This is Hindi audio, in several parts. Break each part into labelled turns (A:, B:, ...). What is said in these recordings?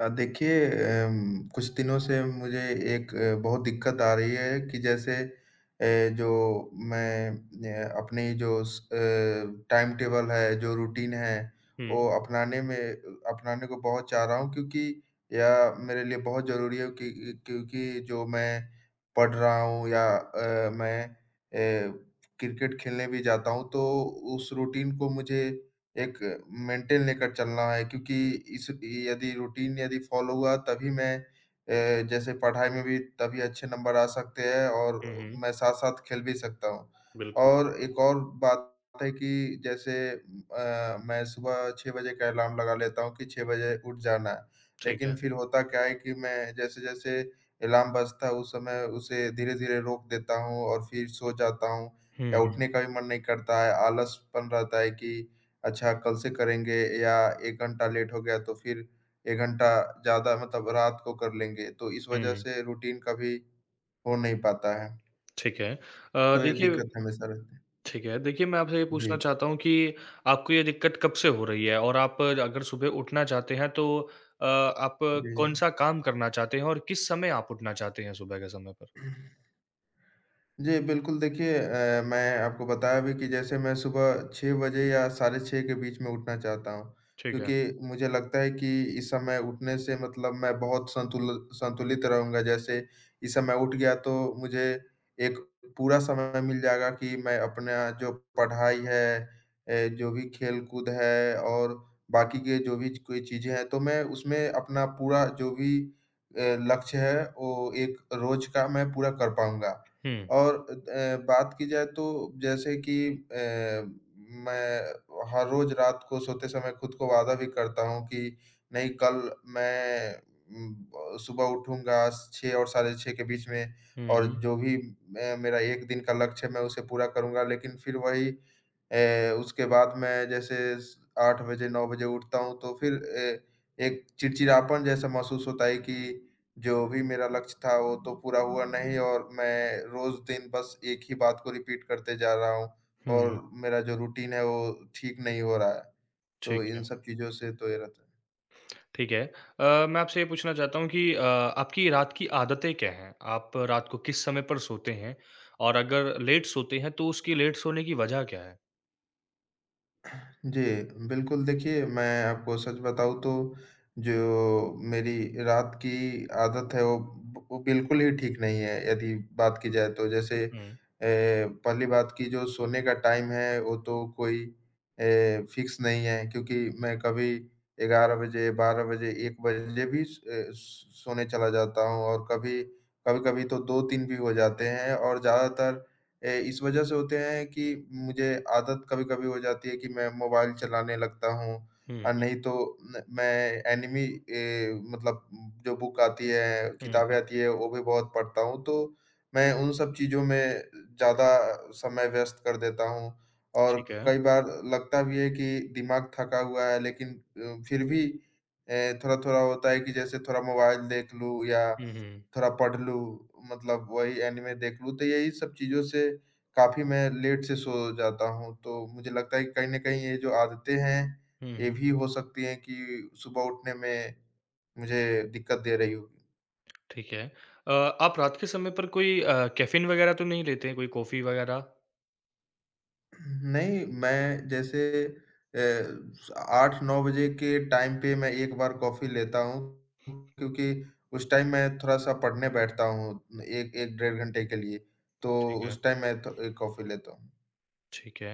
A: देखिए। कुछ दिनों से मुझे एक बहुत दिक्कत आ रही है कि जैसे जो मैं अपनी जो टाइम टेबल है, जो रूटीन है,
B: हुँ,
A: वो अपनाने को बहुत चाह रहा हूँ क्योंकि यह मेरे लिए बहुत ज़रूरी है कि क्योंकि जो मैं पढ़ रहा हूँ या मैं क्रिकेट खेलने भी जाता हूँ तो उस रूटीन को मुझे एक मेंटेन लेकर चलना है क्योंकि इस यदि रूटीन यदि फॉलो हुआ तभी मैं जैसे पढ़ाई में भी तभी अच्छे नंबर आ सकते हैं और
B: हुँ, हुँ,
A: मैं साथ-साथ खेल भी सकता हूँ।
B: बिल्कुल,
A: और एक और बात है कि जैसे मैं सुबह 6 बजे का अलार्म लगा लेता हूँ कि 6 बजे उठ जाना है।
B: ठीक है।
A: लेकिन फिर होता क्या है कि मैं जैसे-जैसे अलार्म बजता है उस समय उसे धीरे-धीरे रोक देता हूँ और फिर सो जाता हूँ या
B: हुँ,
A: उठने का भी मन नहीं करता है, आलसपन रहता है कि अच्छा कल से करेंगे या 1 घंटा लेट हो गया तो फिर 1 घंटा ज़्यादा मतलब रात को कर लेंगे, तो इस वज़ह
B: हुँ,
A: से रूटीन कभी हो नहीं पाता है।
B: ठीक है।
A: तो ये
B: देखिए
A: दिक्कत हमेशा रहती है।
B: ठीक है, देखिए मैं आपसे ये पूछना
A: जी।
B: चाहता हूँ कि आपको ये दिक्कत कब से हो रही है? और आप अगर सुबह उठना चाहते हैं तो आप
A: जी।
B: कौन-सा काम करना चाहते हैं और किस समय आप उठना चाहते हैं सुबह के समय पर?
A: जी। जी, बिल्कुल। देखिए, मैं आपको बताया भी कि जैसे मैं सुबह 6 बजे या साढ़े 6 के बीच में उठना चाहता हूँ,
B: ठीक है।
A: क्योंकि मुझे लगता है कि इस समय उठने से मतलब मैं बहुत संतुलित रहूँगा। जैसे इस समय उठ गया तो मुझे एक पूरा समय मिल जाएगा कि मैं अपना जो पढ़ाई है, जो भी खेल-कूद है और बाकी के जो भी कोई चीज़ें हैं, तो मैं उसमें अपना पूरा जो भी लक्ष्य है, वो एक रोज़ का मैं पूरा कर पाऊँगा।
B: हुँ,
A: और बात की जाए तो जैसे कि अ, मैं हर रोज़ रात को सोते समय खुद को वादा भी करता हूँ कि नहीं, कल मैं सुबह उठूँगा 6 और साढ़े 6 के बीच में
B: हुँ,
A: और
B: हुँ,
A: जो भी मैं मेरा 1 दिन का लक्ष्य है, मैं उसे पूरा करूँगा। लेकिन फिर वही उसके बाद मैं जैसे स 8 बजे 9 बजे उठता हूँ तो फिर एक चिड़चिड़ापन जैसा महसूस होता है कि जो भी मेरा लक्ष्य था वो तो पूरा हुआ नहीं और मैं रोज़ दिन बस एक ही बात को रिपीट करते जा रहा हूँ
B: हुँ,
A: और मेरा जो रूटीन है वो ठीक नहीं हो रहा है। तो
B: ठीक
A: इन
B: है,
A: सब चीज़ों से तो ये रहता है।
B: ठीक है। मैं आपसे ये पूछना चाहता हूँ कि आपकी रात की आदतें क्या हैं? आप रात को किस समय पर सोते हैं? और अगर लेट सोते हैं तो उसकी लेट सोने की वजह क्या है?
A: जी, बिल्कुल। देखिए, मैं आपको सच बताऊँ तो जो मेरी रात की आदत है, वो बिल्कुल ही ठीक नहीं है, यदि बात की जाए तो। जैसे,
B: हुँ।
A: पहली बात कि जो सोने का टाइम है, वो तो कोई फ़िक्स नहीं है, क्योंकि मैं कभी 11 बजे, 12 बजे, 1 बजे भी सोने चला जाता हूँ और कभी कभी-कभी तो 2-3 भी हो जाते हैं और ज़्यादातर इस वजह से होते हैं कि मुझे आदत कभी-कभी हो जाती है कि मैं मोबाइल चलाने लगता हूँ
B: हुँ,
A: और
B: हुँ,
A: नहीं तो न मैं एनिमी ए, मतलब जो बुक आती है,
B: हुँ,
A: किताबें
B: हुँ।
A: आती है, वो भी बहुत पढ़ता हूँ। तो मैं उन सब चीज़ों में ज़्यादा समय व्यस्त कर देता हूँ और
B: ठीक है।
A: कई बार लगता भी है कि दिमाग थका हुआ है, लेकिन फिर भी अ, थोड़ा-थोड़ा होता है कि जैसे थोड़ा मोबाइल देख लूँ या
B: हुँ, हुँ।
A: थोड़ा पढ़ लूँ, मतलब वही एनिमे देख लूँ, तो यही सब चीज़ों से काफ़ी मैं लेट से सो जाता हूँ, तो मुझे लगता है कि कहीं न कहीं ये जो आदतें हैं,
B: हुँ,
A: ये
B: हुँ।
A: भी हो सकती हैं कि सुबह उठने में मुझे दिक्कत दे रही हो।
B: ठीक है। आप रात के समय पर कोई कैफ़ीन वग़ैरह तो नहीं लेते हैं, कोई कॉफ़ी वग़ैरह?
A: नहीं, मैं जैसे अ, 8-9 बजे के टाइम पे मैं एक बार कॉफ़ी लेता हूँ, क्योंकि उस टाइम मैं थोड़ा-सा पढ़ने बैठता हूँ, 1 डेढ़ घंटे के लिए, तो
B: ठीक है,
A: उस टाइम मैं तो कॉफ़ी लेता
B: ठीक है।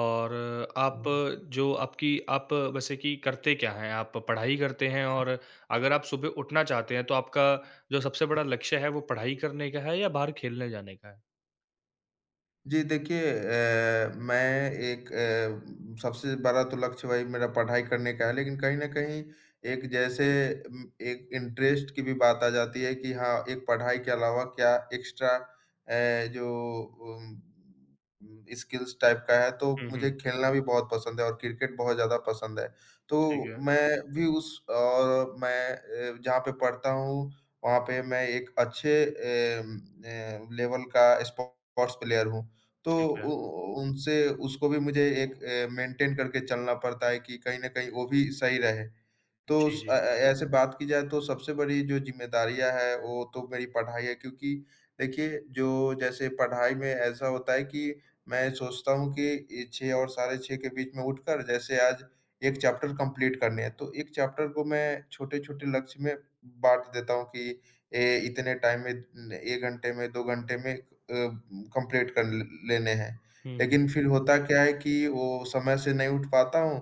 B: और आप
A: हूँ।
B: जो आपकी आप वैसे कि करते क्या हैं? आप पढ़ाई करते हैं और अगर आप सुबह उठना चाहते हैं, तो आपका जो सबसे बड़ा लक्ष्य है, वो पढ़ाई करने का है या बाहर खेलने जाने का है?
A: जी, देखिए, मैं एक सबसे बड़ा तो लक्ष्य वही मेरा पढ़ाई करने का है, लेकिन कहीं न कहीं एक जैसे एक इंटरेस्ट की भी बात आ जाती है कि हाँ, एक पढ़ाई के अलावा क्या एक्स्ट्रा जो उम, स्किल्स टाइप का है, तो
B: हुँ,
A: मुझे
B: हुँ।
A: खेलना भी बहुत पसंद है और क्रिकेट बहुत ज़्यादा पसंद है। तो
B: ठीक है,
A: मैं भी उस और मैं जहाँ पे पढ़ता हूँ, वहाँ पे मैं एक अच्छे लेवल का स्पोर्ट्स प्लेयर हूँ। तो
B: ठीक है।
A: उ उ उनसे उसको भी मुझे एक मेंटेन करके चलना पड़ता है कि कहीं न कहीं वो भी सही रहे। तो
B: जी, जी।
A: ऐसे बात की जाए तो सबसे बड़ी जो ज़िम्मेदारियाँ हैं, वो तो मेरी पढ़ाई है, क्योंकि देखिए, जो जैसे पढ़ाई में ऐसा होता है कि मैं सोचता हूँ कि ये 6 और साढ़े 6 के बीच में उठकर जैसे आज 1 चैप्टर कंप्लीट करने हैं, तो 1 चैप्टर को मैं छोटे-छोटे लक्ष्य में बाँट देता हूँ कि ए इतने टाइम में न 1 घंटे में, 2 घंटे में कंप्लीट कर ल लेने हैं।
B: हुँ, हुँ।
A: लेकिन फिर होता क्या है कि वो समय से नहीं उठ पाता हूँ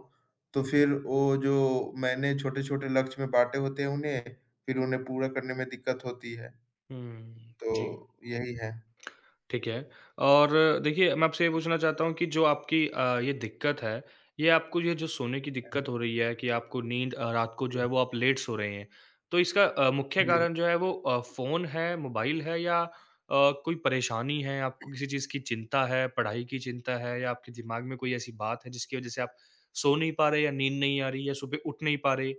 A: तो फिर वो जो मैंने छोटे-छोटे लक्ष्य में बाँटे होते हैं उन्हें, फिर उन्हें पूरा करने में दिक्कत होती है।
B: हुँ,
A: तो
B: जी।
A: यही है।
B: ठीक है। और देखिए मैं आपसे ये पूछना चाहता हूँ कि जो आपकी ये दिक्कत है, ये आपको ये जो सोने की दिक्कत हो रही है कि आपको नींद रात को जो है
A: जी।
B: वो आप लेट सो रहे हैं। तो इसका मुख्य
A: जी,
B: कारण जो है वो फ़ोन है, मोबाइल है या कोई परेशानी है, आपको किसी चीज़ की चिंता है, पढ़ाई की चिंता है या आपके दिमाग में कोई ऐसी बात है जिसकी वज़ह से आप सो नहीं पा रहे या नींद नहीं आ रही या सुबह उठ नहीं पा रहे?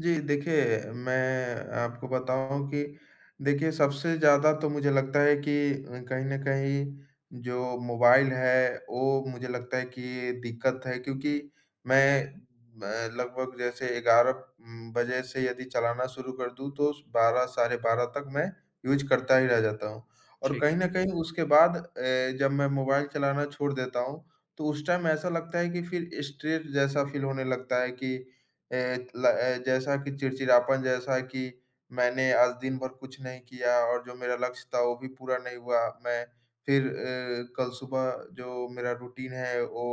A: जी, देखिए, मैं आपको बताऊँ कि देखिए, सबसे ज़्यादा तो मुझे लगता है कि कहीं न कहीं जो मोबाइल है, वो मुझे लगता है कि ये दिक्कत है, क्योंकि मैं लगभग जैसे 11 बजे से यदि चलाना शुरू कर दूँ तो 12 साढ़े 12 तक मैं यूज़ करता ही रह जाता हूँ। और
B: ठीक।
A: कहीं न कहीं उसके बाद जब मैं मोबाइल चलाना छोड़ देता हूँ, तो उस टाइम ऐसा लगता है कि फिर स्ट्रेस जैसा फ़ील होने लगता है कि जैसा कि चिड़चिड़ापन जैसा कि मैंने आज दिन भर कुछ नहीं किया और जो मेरा लक्ष्य था वो भी पूरा नहीं हुआ। मैं फिर कल सुबह जो मेरा रूटीन है वो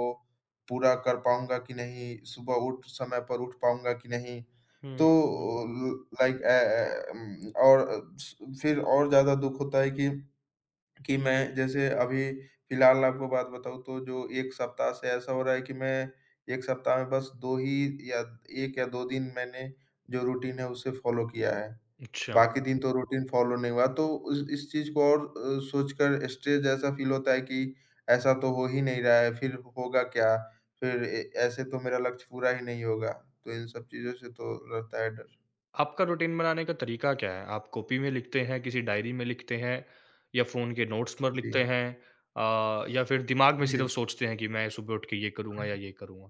A: पूरा कर पाऊँगा कि नहीं? सुबह उठ समय पर उठ पाऊँगा कि नहीं?
B: हुँ,
A: तो
B: हुँ, हुँ।
A: लाइक अ अ, उम, और स फिर और ज़्यादा दुःख होता है कि मैं जैसे अभी फिलहाल आपको बात बताऊँ तो जो 1 सप्ताह से ऐसा हो रहा है कि मैं 1 सप्ताह में बस 2 ही या 1 या 2 दिन मैंने जो रूटीन है उसे फ़ॉलो किया है।
B: अच्छा।
A: बाकी दिन तो रूटीन फ़ॉलो नहीं हुआ तो उस इस चीज़ को और सोचकर स्ट्रेस जैसा फ़ील होता है कि ऐसा तो हो ही नहीं रहा है, फिर होगा क्या? फिर ए ऐसे तो मेरा लक्ष्य पूरा ही नहीं होगा। तो इन सब चीज़ों से तो रहता है डर।
B: आपका रूटीन बनाने का तरीका क्या है? आप कॉपी में लिखते हैं, किसी डायरी में लिखते हैं या फ़ोन के नोट्स पर लिखते
A: जी।
B: हैं या फिर दिमाग में सिर्फ़
A: जी।
B: सोचते हैं कि मैं सुबह उठ के ये करूँगा या ये करूँगा?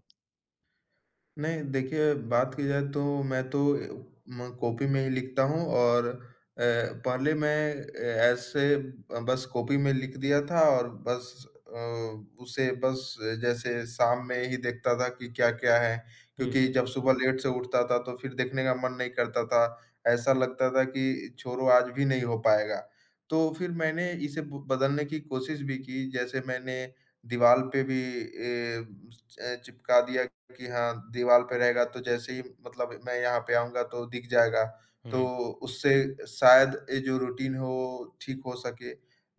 A: नहीं, देखिए, बात की जाए तो मैं तो ए, म कॉपी में ही लिखता हूँ और पहले मैं ए, ऐसे बस कॉपी में लिख दिया था और बस अ, उसे बस जैसे शाम में ही देखता था कि क्या-क्या है, क्योंकि
B: हुँ,
A: जब सुबह लेट से उठता था तो फिर देखने का मन नहीं करता था। ऐसा लगता था कि छोड़ो आज भी नहीं हो पाएगा। तो फिर मैंने इसे ब बदलने की कोशिश भी की, जैसे मैंने दीवाल पे भी ए चिपका दिया कि हाँ, दीवार पे रहेगा तो जैसे ही मतलब मैं यहाँ पे आऊँगा तो दिख जाएगा।
B: हुँ,
A: तो उससे शायद ये जो रूटीन है वो ठीक हो सके।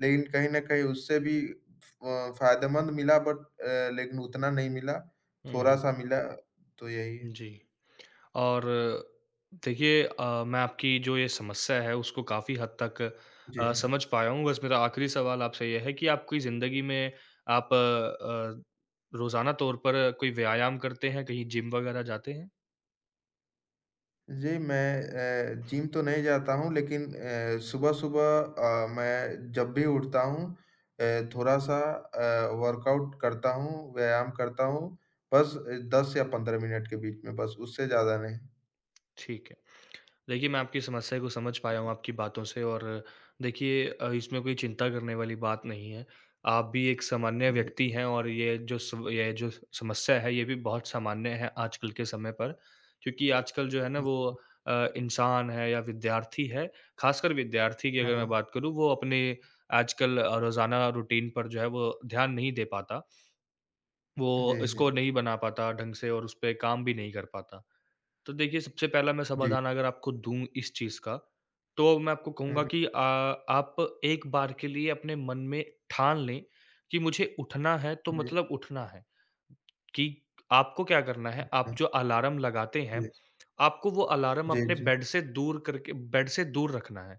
A: लेकिन कहीं न कहीं उससे भी फ़ायदेमंद मिला, लेकिन उतना नहीं मिला,
B: हुँ, हुँ।
A: थोड़ा-सा मिला, तो यही है।
B: जी। और देखिए मैं आपकी जो ये समस्या है उसको काफ़ी हद तक
A: जी।
B: समझ पाया हूँ। बस मेरा आखिरी सवाल आपसे ये है कि आपकी ज़िंदगी में आप रोज़ाना तौर पर कोई व्यायाम करते हैं, कहीं जिम वगैरह जाते हैं?
A: जी, मैं जिम तो नहीं जाता हूँ लेकिन सुबह-सुबह मैं जब भी उठता हूँ थोड़ा-सा वर्कआउट करता हूँ, व्यायाम करता हूँ, बस 10 या 15 मिनट के बीच में बस, उससे ज़्यादा नहीं। जी,
B: ठीक है। देखिए, मैं आपकी समस्या को समझ पाया हूँ आपकी बातों से और देखिए इसमें कोई चिंता करने वाली बात नहीं है। आप भी एक सामान्य व्यक्ति हैं और ये जो समस्या है, ये भी बहुत सामान्य है आजकल के समय पर। क्योंकि आजकल जो है ना वो
A: हुँ,
B: इंसान है या विद्यार्थी है, ख़ासकर विद्यार्थी की
A: हुँ,
B: अगर मैं
A: हुँ,
B: बात करूँ, वो अपने आजकल रोज़ाना रूटीन पर जो है वो ध्यान नहीं दे पाता। वो
A: जी, जी,
B: इसको नहीं बना पाता ढंग से और उसपे काम भी नहीं कर पाता। तो देखिए, सबसे पहला मैं
A: जी,
B: समाधान अगर आपको दूँ इस चीज़ का, तो मैं आपको
A: हुँ,
B: कहूँगा
A: हुँ,
B: कि आप एक बार के लिए अपने मन में ठान लें कि मुझे उठना है, तो
A: जी,
B: मतलब उठना है। कि आपको क्या करना है, आप
A: अच्छा,
B: जो अलार्म लगाते हैं,
A: जी,
B: आपको वो अलार्म
A: जी,
B: अपने
A: जी,
B: बेड से दूर करके बेड से दूर रखना है।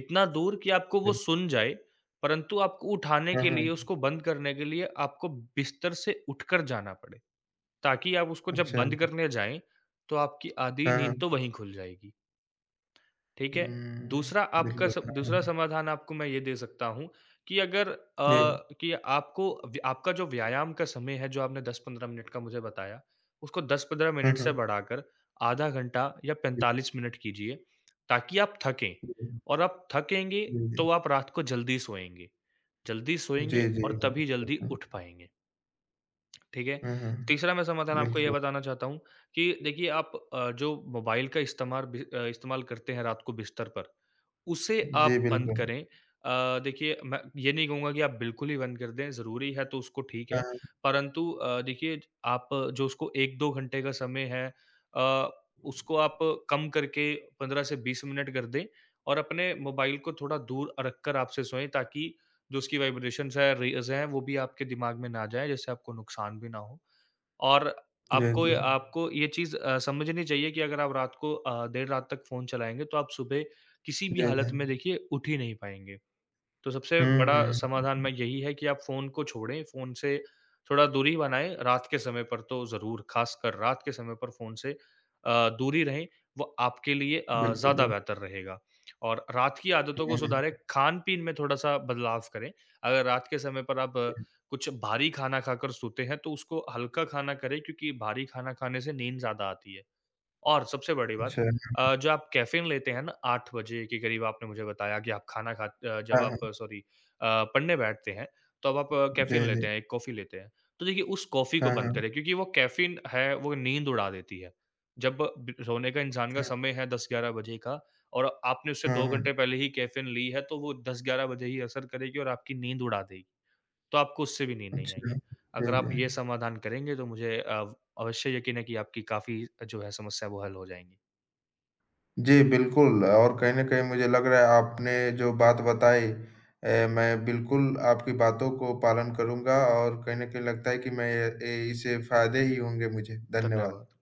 B: इतना दूर कि आपको वो
A: बिल्कुल,
B: सुन जाए, परंतु आपको उठाने
A: हाँ,
B: के लिए,
A: हाँ,
B: उसको बंद करने के लिए आपको बिस्तर से उठकर जाना पड़े। ताकि आप उसको जब
A: अच्छा,
B: बंद करने जाएँ, तो आपकी आधी
A: हाँ, हाँ,
B: नींद तो वहीं खुल जाएगी, ठीक है?
A: हुँ,
B: दूसरा आपका
A: बिल्कुल,
B: स
A: हाँ, हाँ,
B: दूसरा समाधान आपको मैं ये दे सकता हूँ कि अगर अ,
A: जी,
B: कि आपको व्य आपका जो व्यायाम का समय है, जो आपने 10-15 मिनट का मुझे बताया, उसको 10-15
A: हाँ,
B: मिनट से
A: हाँ,
B: बढ़ाकर आधा घंटा या
A: जी,
B: 45 मिनट कीजिए, ताकि आप थकें
A: जी,
B: और आप थकेंगे, तो
A: जी,
B: आप रात को जल्दी सोएँगे। जल्दी
A: जी,
B: सोएँगे
A: जी,
B: और
A: जी,
B: तभी जल्दी
A: बिल्कुल,
B: उठ पाएँगे। ठीक है।
A: हाँ, हाँ।
B: तीसरा मैं समाधान आपको ये
A: बिल्कुल।
B: बताना चाहता हूँ कि देखिए आप जो मोबाइल का इस्तेमाल भी इस्तेमाल करते हैं रात को बिस्तर पर, उसे
A: जी,
B: आप बंद
A: बिल्कुल।
B: करें। देखिए मैं ये नहीं कहूँगा कि आप बिल्कुल ही बंद कर दें, ज़रूरी है तो उसको ठीक है।
A: हाँ,
B: परंतु देखिए आप जो उसको 1-2 घंटे का समय है अ, उसको आप कम करके 15 से 20 मिनट कर दें और अपने मोबाइल को थोड़ा दूर रखकर आपसे सोएँ ताकि जो उसकी वाइब्रेशंस है, रेज़ हैं, वो भी आपके दिमाग में ना जाएँ, जिससे आपको नुकसान भी ना हो। और
A: जय जी,
B: आपको ये चीज़ समझनी चाहिए कि अगर आप रात को देर रात तक फ़ोन चलाएँगे, तो आप सुबह किसी भी
A: जय
B: हालत
A: जय।
B: में देखिए उठ ही नहीं पाएँगे। तो सबसे
A: हुँ,
B: बड़ा समाधान मैं
A: हुँ।
B: यही है कि आप फ़ोन को छोड़ें, फ़ोन से थोड़ा दूरी बनाएँ, रात के समय पर तो ज़रूर, ख़ासकर रात के समय पर फ़ोन से दूरी रहें, वो आपके लिए ज़्यादा
A: बिल्कुल,
B: बेहतर रहेगा। और रात की
A: हुँ,
B: आदतों को सुधारें,
A: हुँ।
B: खान-पीन में थोड़ा-सा बदलाव करें। अगर रात के समय पर आप कुछ भारी खाना खाकर सोते हैं, तो उसको हल्का खाना करें क्योंकि भारी खाना खाने से नींद ज़्यादा आती है। और सबसे बड़ी बात
A: अच्छा,
B: जो आप कैफ़ीन लेते हैं ना 8 बजे के करीब आपने मुझे बताया कि आप खाना खा अ, जब
A: हाँ, हाँ।
B: आप सॉरी पढ़ने बैठते हैं, तो अब आप कैफ़ीन
A: जय
B: लेते
A: जय।
B: हैं, एक कॉफ़ी लेते हैं। तो देखिए उस कॉफ़ी को
A: हाँ,
B: बंद
A: हाँ।
B: करें क्योंकि वो कैफ़ीन है, वो नींद उड़ा देती है। जब ब सोने का इंसान का
A: अच्छा,
B: समय है 10-11 बजे का और आपने उससे
A: हाँ,
B: 2
A: हाँ।
B: घंटे पहले ही कैफ़ीन ली है, तो वो 10-11 बजे ही असर करेगी और आपकी नींद उड़ा देगी। तो आपको उससे भी नींद नहीं
A: अच्छा,
B: आएगी।
A: जय
B: अगर आप
A: जय।
B: ये समाधान करेंगे तो मुझे अव अवश्य यकीन है कि आपकी काफ़ी जो है समस्या वो हल हो जाएँगी।
A: जी, बिल्कुल। और कहीं न कहीं मुझे लग रहा है आपने जो बात बताई, मैं बिल्कुल आपकी बातों को पालन करूँगा और कहीं न कहीं लगता है कि इससे फ़ायदे ही होंगे मुझे। धन्यवाद।
B: धन्यवाद।